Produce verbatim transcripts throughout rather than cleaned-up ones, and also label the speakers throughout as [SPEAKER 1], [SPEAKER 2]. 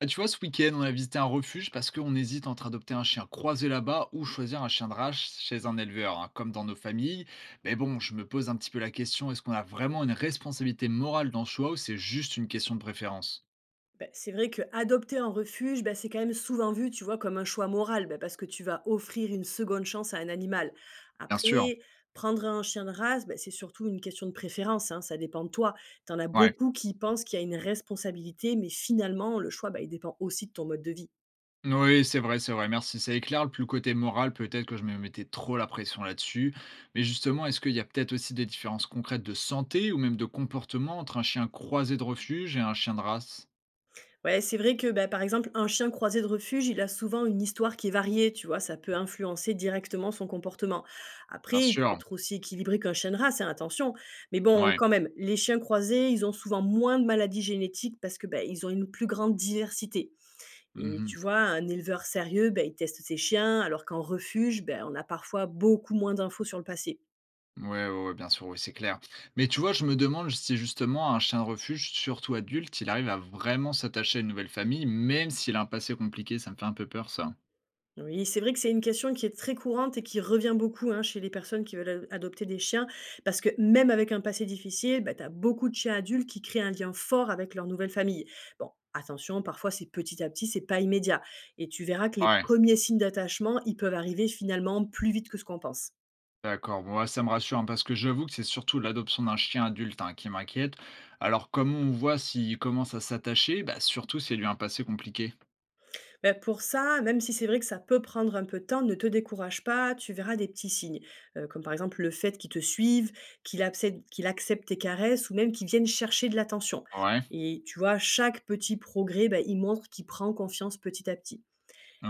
[SPEAKER 1] Ah, tu vois, ce week-end, on a visité un refuge parce qu'on hésite entre adopter un chien croisé là-bas ou choisir un chien de race chez un éleveur, hein, comme dans nos familles. Mais bon, je me pose un petit peu la question, est-ce qu'on a vraiment une responsabilité morale dans ce choix ou c'est juste une question de préférence?
[SPEAKER 2] Beh, c'est vrai que adopter un refuge, bah, c'est quand même souvent vu, tu vois, comme un choix moral, bah, parce que tu vas offrir une seconde chance à un animal.
[SPEAKER 1] Bien
[SPEAKER 2] Après,
[SPEAKER 1] sûr.
[SPEAKER 2] prendre un chien de race, bah, c'est surtout une question de préférence, hein, ça dépend de toi. Tu en as
[SPEAKER 1] Ouais.
[SPEAKER 2] beaucoup qui pensent qu'il y a une responsabilité, mais finalement, le choix, bah, il dépend aussi de ton mode de vie.
[SPEAKER 1] Oui, c'est vrai, c'est vrai, merci. Ça éclaire le plus côté moral, peut-être que je me mettais trop la pression là-dessus. Mais justement, est-ce qu'il y a peut-être aussi des différences concrètes de santé ou même de comportement entre un chien croisé de refuge et un chien de race?
[SPEAKER 2] Ouais, c'est vrai que, bah, par exemple, un chien croisé de refuge, il a souvent une histoire qui est variée, tu vois, ça peut influencer directement son comportement. Après,
[SPEAKER 1] Bien
[SPEAKER 2] il peut
[SPEAKER 1] sûr,
[SPEAKER 2] être aussi équilibré qu'un chien de race, hein, attention. Mais bon,
[SPEAKER 1] ouais.
[SPEAKER 2] quand même, les chiens croisés, ils ont souvent moins de maladies génétiques parce que bah, ils ont une plus grande diversité. Et
[SPEAKER 1] Mhm.
[SPEAKER 2] tu vois, un éleveur sérieux, bah, il teste ses chiens, alors qu'en refuge, bah, on a parfois beaucoup moins d'infos sur le passé.
[SPEAKER 1] Ouais, ouais, ouais, bien sûr, oui, c'est clair. Mais tu vois, je me demande si justement un chien de refuge, surtout adulte, il arrive à vraiment s'attacher à une nouvelle famille, même s'il a un passé compliqué, ça me fait un peu peur, ça.
[SPEAKER 2] Oui, c'est vrai que c'est une question qui est très courante et qui revient beaucoup hein, chez les personnes qui veulent a- adopter des chiens, parce que même avec un passé difficile, bah, tu as beaucoup de chiens adultes qui créent un lien fort avec leur nouvelle famille. Bon, attention, parfois c'est petit à petit, c'est pas immédiat. Et tu verras que les
[SPEAKER 1] Ouais,
[SPEAKER 2] premiers signes d'attachement, ils peuvent arriver finalement plus vite que ce qu'on pense.
[SPEAKER 1] d'accord. Bon, ouais, ça me rassure, hein, parce que j'avoue que c'est surtout l'adoption d'un chien adulte, hein, qui m'inquiète. Alors, comment on voit s'il commence à s'attacher? Bah, surtout s'il a eu un passé compliqué.
[SPEAKER 2] Bah, pour ça, même si c'est vrai que ça peut prendre un peu de temps, ne te décourage pas, tu verras des petits signes, heu, comme par exemple le fait qu'il te suive, qu'il absède qu'il accepte tes caresses ou même qu'il vienne chercher de l'attention
[SPEAKER 1] Ouais,
[SPEAKER 2] et tu vois, chaque petit progrès, bah, il montre qu'il prend confiance petit à petit.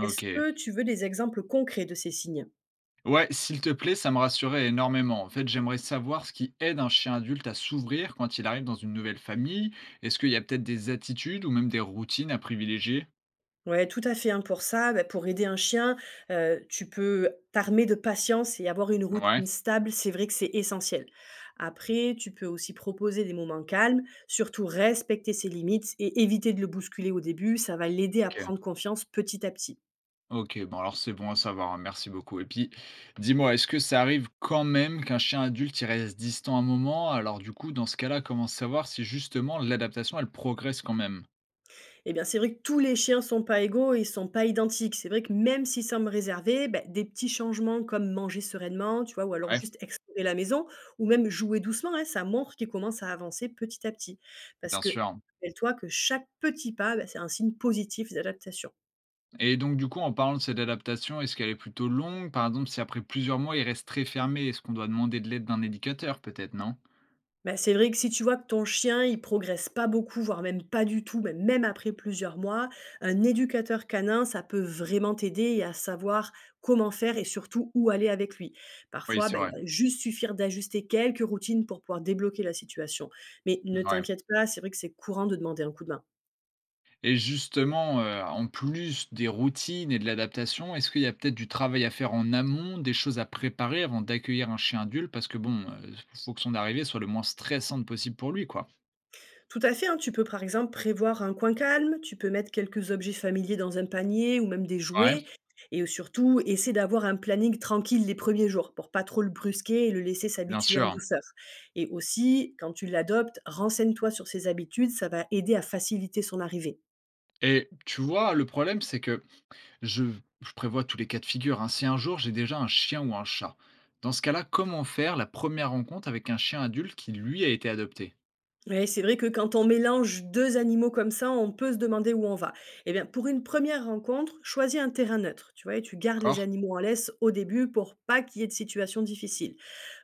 [SPEAKER 2] Est-ce que tu veux des exemples concrets de ces signes?
[SPEAKER 1] Ouais, s'il te plaît, ça me rassurait énormément. En fait, j'aimerais savoir ce qui aide un chien adulte à s'ouvrir quand il arrive dans une nouvelle famille. Est-ce qu'il y a peut-être des attitudes ou même des routines à privilégier?
[SPEAKER 2] Ouais, tout à fait, hein, pour ça, bah, pour aider un chien, heu, tu peux t'armer de patience et avoir une
[SPEAKER 1] Ouais,
[SPEAKER 2] routine stable, c'est vrai que c'est essentiel. Après, tu peux aussi proposer des moments calmes, surtout respecter ses limites et éviter de le bousculer au début, ça va l'aider à
[SPEAKER 1] ok.
[SPEAKER 2] prendre confiance petit à petit.
[SPEAKER 1] Ok, bon alors c'est bon à savoir, hein, merci beaucoup. Et puis, dis-moi, est-ce que ça arrive quand même qu'un chien adulte il reste distant un moment? Alors du coup, dans ce cas-là, comment savoir si justement l'adaptation, elle progresse quand même?
[SPEAKER 2] Eh bien, c'est vrai que tous les chiens sont pas égaux et sont pas identiques. C'est vrai que même s'ils semblent réservés, bah, des petits changements comme manger sereinement, tu vois, ou alors
[SPEAKER 1] Ouais,
[SPEAKER 2] juste explorer la maison, ou même jouer doucement, hein, ça montre qu'ils commencent à avancer petit à petit. Parce
[SPEAKER 1] bien
[SPEAKER 2] que
[SPEAKER 1] sûr.
[SPEAKER 2] rappelle-toi que chaque petit pas, bah, c'est un signe positif d'adaptation.
[SPEAKER 1] Et donc du coup, en parlant de cette adaptation, est-ce qu'elle est plutôt longue? Par exemple, si après plusieurs mois, il reste très fermé, est-ce qu'on doit demander de l'aide d'un éducateur peut-être, non?
[SPEAKER 2] Bah, c'est vrai que si tu vois que ton chien, il progresse pas beaucoup, voire même pas du tout, mais même après plusieurs mois, un éducateur canin, ça peut vraiment t'aider et à savoir comment faire et surtout où aller avec lui.
[SPEAKER 1] Oui,
[SPEAKER 2] Parfois,
[SPEAKER 1] c'est
[SPEAKER 2] bah, il
[SPEAKER 1] vrai.
[SPEAKER 2] va juste suffire d'ajuster quelques routines pour pouvoir débloquer la situation. Mais ne
[SPEAKER 1] Ouais.
[SPEAKER 2] t'inquiète pas, c'est vrai que c'est courant de demander un coup de main.
[SPEAKER 1] Et justement, heu, en plus des routines et de l'adaptation, est-ce qu'il y a peut-être du travail à faire en amont, des choses à préparer avant d'accueillir un chien adulte? Parce que bon, heu, faut que son arrivée soit le moins stressante possible pour lui, quoi.
[SPEAKER 2] Tout à fait, hein, tu peux par exemple prévoir un coin calme, tu peux mettre quelques objets familiers dans un panier ou même des
[SPEAKER 1] Ouais,
[SPEAKER 2] jouets. Et surtout, essaie d'avoir un planning tranquille les premiers jours pour pas trop le brusquer et le laisser
[SPEAKER 1] bien
[SPEAKER 2] s'habituer en
[SPEAKER 1] sûr.
[SPEAKER 2] douceur. Et aussi, quand tu l'adoptes, renseigne-toi sur ses habitudes, ça va aider à faciliter son arrivée.
[SPEAKER 1] Et tu vois, le problème, c'est que Je je prévois tous les cas de figure, hein. Si un jour j'ai déjà un chien ou un chat, dans ce cas-là, comment faire la première rencontre avec un chien adulte qui lui a été adopté?
[SPEAKER 2] Ouais, c'est vrai que quand on mélange deux animaux comme ça, on peut se demander où on va. Eh bien, pour une première rencontre, choisis un terrain neutre, tu vois, et tu gardes
[SPEAKER 1] D'accord?
[SPEAKER 2] les animaux en laisse au début pour pas qu'il y ait de situation difficile.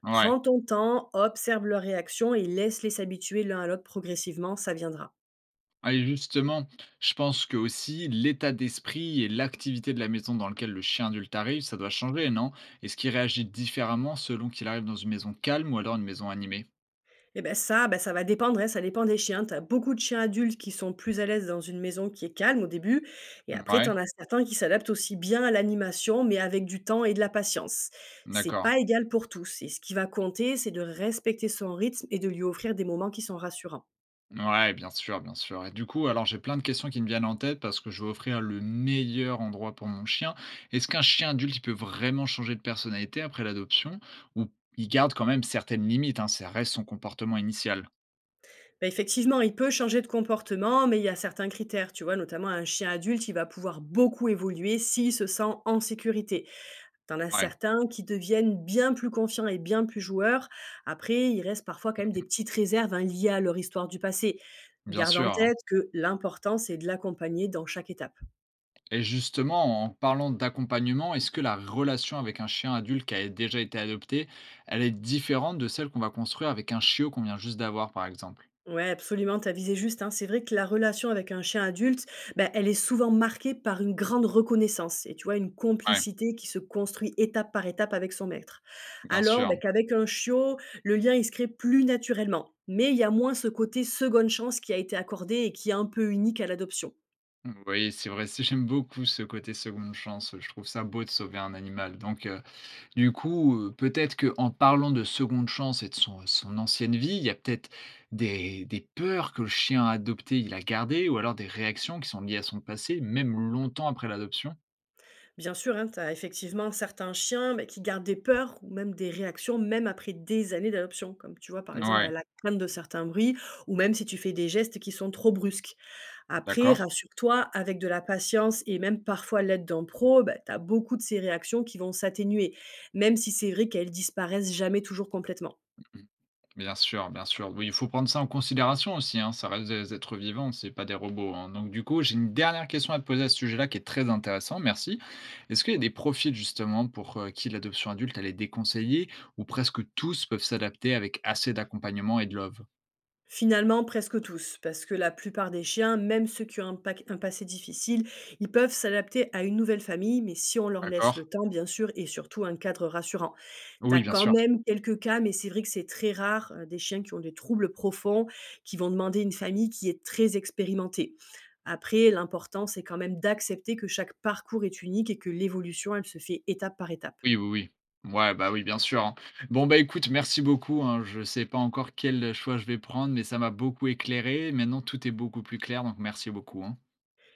[SPEAKER 1] Ouais.
[SPEAKER 2] Prends ton temps, observe leurs réactions et laisse-les s'habituer l'un à l'autre progressivement, ça viendra.
[SPEAKER 1] Ah et justement, je pense que aussi l'état d'esprit et l'activité de la maison dans laquelle le chien adulte arrive, ça doit changer, non? Est-ce qu'il réagit différemment selon qu'il arrive dans une maison calme ou alors une maison animée?
[SPEAKER 2] Et ben ça, ben ça va dépendre, hein, ça dépend des chiens. Tu as beaucoup de chiens adultes qui sont plus à l'aise dans une maison qui est calme au début et après tu en
[SPEAKER 1] Ouais,
[SPEAKER 2] as certains qui s'adaptent aussi bien à l'animation mais avec du temps et de la patience. C'est
[SPEAKER 1] d'accord.
[SPEAKER 2] pas égal pour tous et ce qui va compter, c'est de respecter son rythme et de lui offrir des moments qui sont rassurants.
[SPEAKER 1] Ouais, bien sûr, bien sûr. Et du coup, alors j'ai plein de questions qui me viennent en tête parce que je veux offrir le meilleur endroit pour mon chien. Est-ce qu'un chien adulte, il peut vraiment changer de personnalité après l'adoption ou il garde quand même certaines limites, hein, ça reste son comportement initial?
[SPEAKER 2] Ben effectivement, il peut changer de comportement, mais il y a certains critères, tu vois, notamment un chien adulte, il va pouvoir beaucoup évoluer s'il se sent en sécurité. T'en as
[SPEAKER 1] Ouais,
[SPEAKER 2] certains qui deviennent bien plus confiants et bien plus joueurs. Après, il reste parfois quand même des petites réserves, hein, liées à leur histoire du passé.
[SPEAKER 1] mhm, bien
[SPEAKER 2] Garde en
[SPEAKER 1] sûr, hein.
[SPEAKER 2] tête que l'important, c'est de l'accompagner dans chaque étape.
[SPEAKER 1] Et justement, en parlant d'accompagnement, est-ce que la relation avec un chien adulte qui a déjà été adopté, elle est différente de celle qu'on va construire avec un chiot qu'on vient juste d'avoir, par exemple?
[SPEAKER 2] Ouais, absolument, t'as visé juste, hein. C'est vrai que la relation avec un chien adulte, ben, elle est souvent marquée par une grande reconnaissance et tu vois, une
[SPEAKER 1] Ouais,
[SPEAKER 2] complicité qui se construit étape par étape avec son maître.
[SPEAKER 1] bien
[SPEAKER 2] Alors
[SPEAKER 1] sûr.
[SPEAKER 2] ben, qu'avec un chiot, le lien, il se crée plus naturellement. Mais il y a moins ce côté seconde chance qui a été accordé et qui est un peu unique à l'adoption.
[SPEAKER 1] Oui, c'est vrai, c'est j'aime beaucoup ce côté seconde chance, je trouve ça beau de sauver un animal. Donc heu, du coup, heu, peut-être qu'en parlant de seconde chance et de son son ancienne vie, il y a peut-être des des peurs que le chien adopté, il a gardées ou alors des réactions qui sont liées à son passé, même longtemps après l'adoption?
[SPEAKER 2] Bien sûr, hein, tu as effectivement certains chiens bah, qui gardent des peurs ou même des réactions, même après des années d'adoption, comme tu vois par exemple bah,
[SPEAKER 1] Ouais,
[SPEAKER 2] la crainte de certains bruits ou même si tu fais des gestes qui sont trop brusques. Après,
[SPEAKER 1] d'accord.
[SPEAKER 2] rassure-toi, avec de la patience et même parfois l'aide d'un pro, tu as beaucoup de ces réactions qui vont s'atténuer, même si c'est vrai qu'elles disparaissent jamais toujours complètement.
[SPEAKER 1] Bien sûr, bien sûr. Oui, il faut prendre ça en considération aussi, hein. Ça reste des êtres vivants, c'est pas des robots, hein. Donc du coup, j'ai une dernière question à te poser à ce sujet-là qui est très intéressant, merci. Est-ce qu'il y a des profils justement pour euh, qui l'adoption adulte, elle est déconseillée ou presque tous peuvent s'adapter avec assez d'accompagnement et de love?
[SPEAKER 2] Finalement, presque tous, parce que la plupart des chiens, même ceux qui ont un, pac- un passé difficile, ils peuvent s'adapter à une nouvelle famille, mais si on leur laisse
[SPEAKER 1] D'accord?
[SPEAKER 2] le temps, bien sûr, et surtout un cadre rassurant. Tu
[SPEAKER 1] Oui,
[SPEAKER 2] as
[SPEAKER 1] bien
[SPEAKER 2] quand
[SPEAKER 1] sûr.
[SPEAKER 2] même quelques cas, mais c'est vrai que c'est très rare, euh, des chiens qui ont des troubles profonds, qui vont demander une famille qui est très expérimentée. Après, l'important, c'est quand même d'accepter que chaque parcours est unique et que l'évolution, elle se fait étape par étape.
[SPEAKER 1] Oui, oui, oui. Ouais, bah oui, bien sûr, hein. Bon, bah écoute, merci beaucoup, hein. Je sais pas encore quel choix je vais prendre, mais ça m'a beaucoup éclairé. Maintenant, tout est beaucoup plus clair, donc merci beaucoup, hein.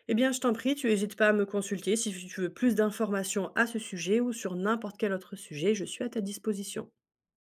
[SPEAKER 2] Eh bien, je t'en prie, tu hésites pas à me consulter si tu veux plus d'informations à ce sujet ou sur n'importe quel autre sujet, je suis à ta disposition.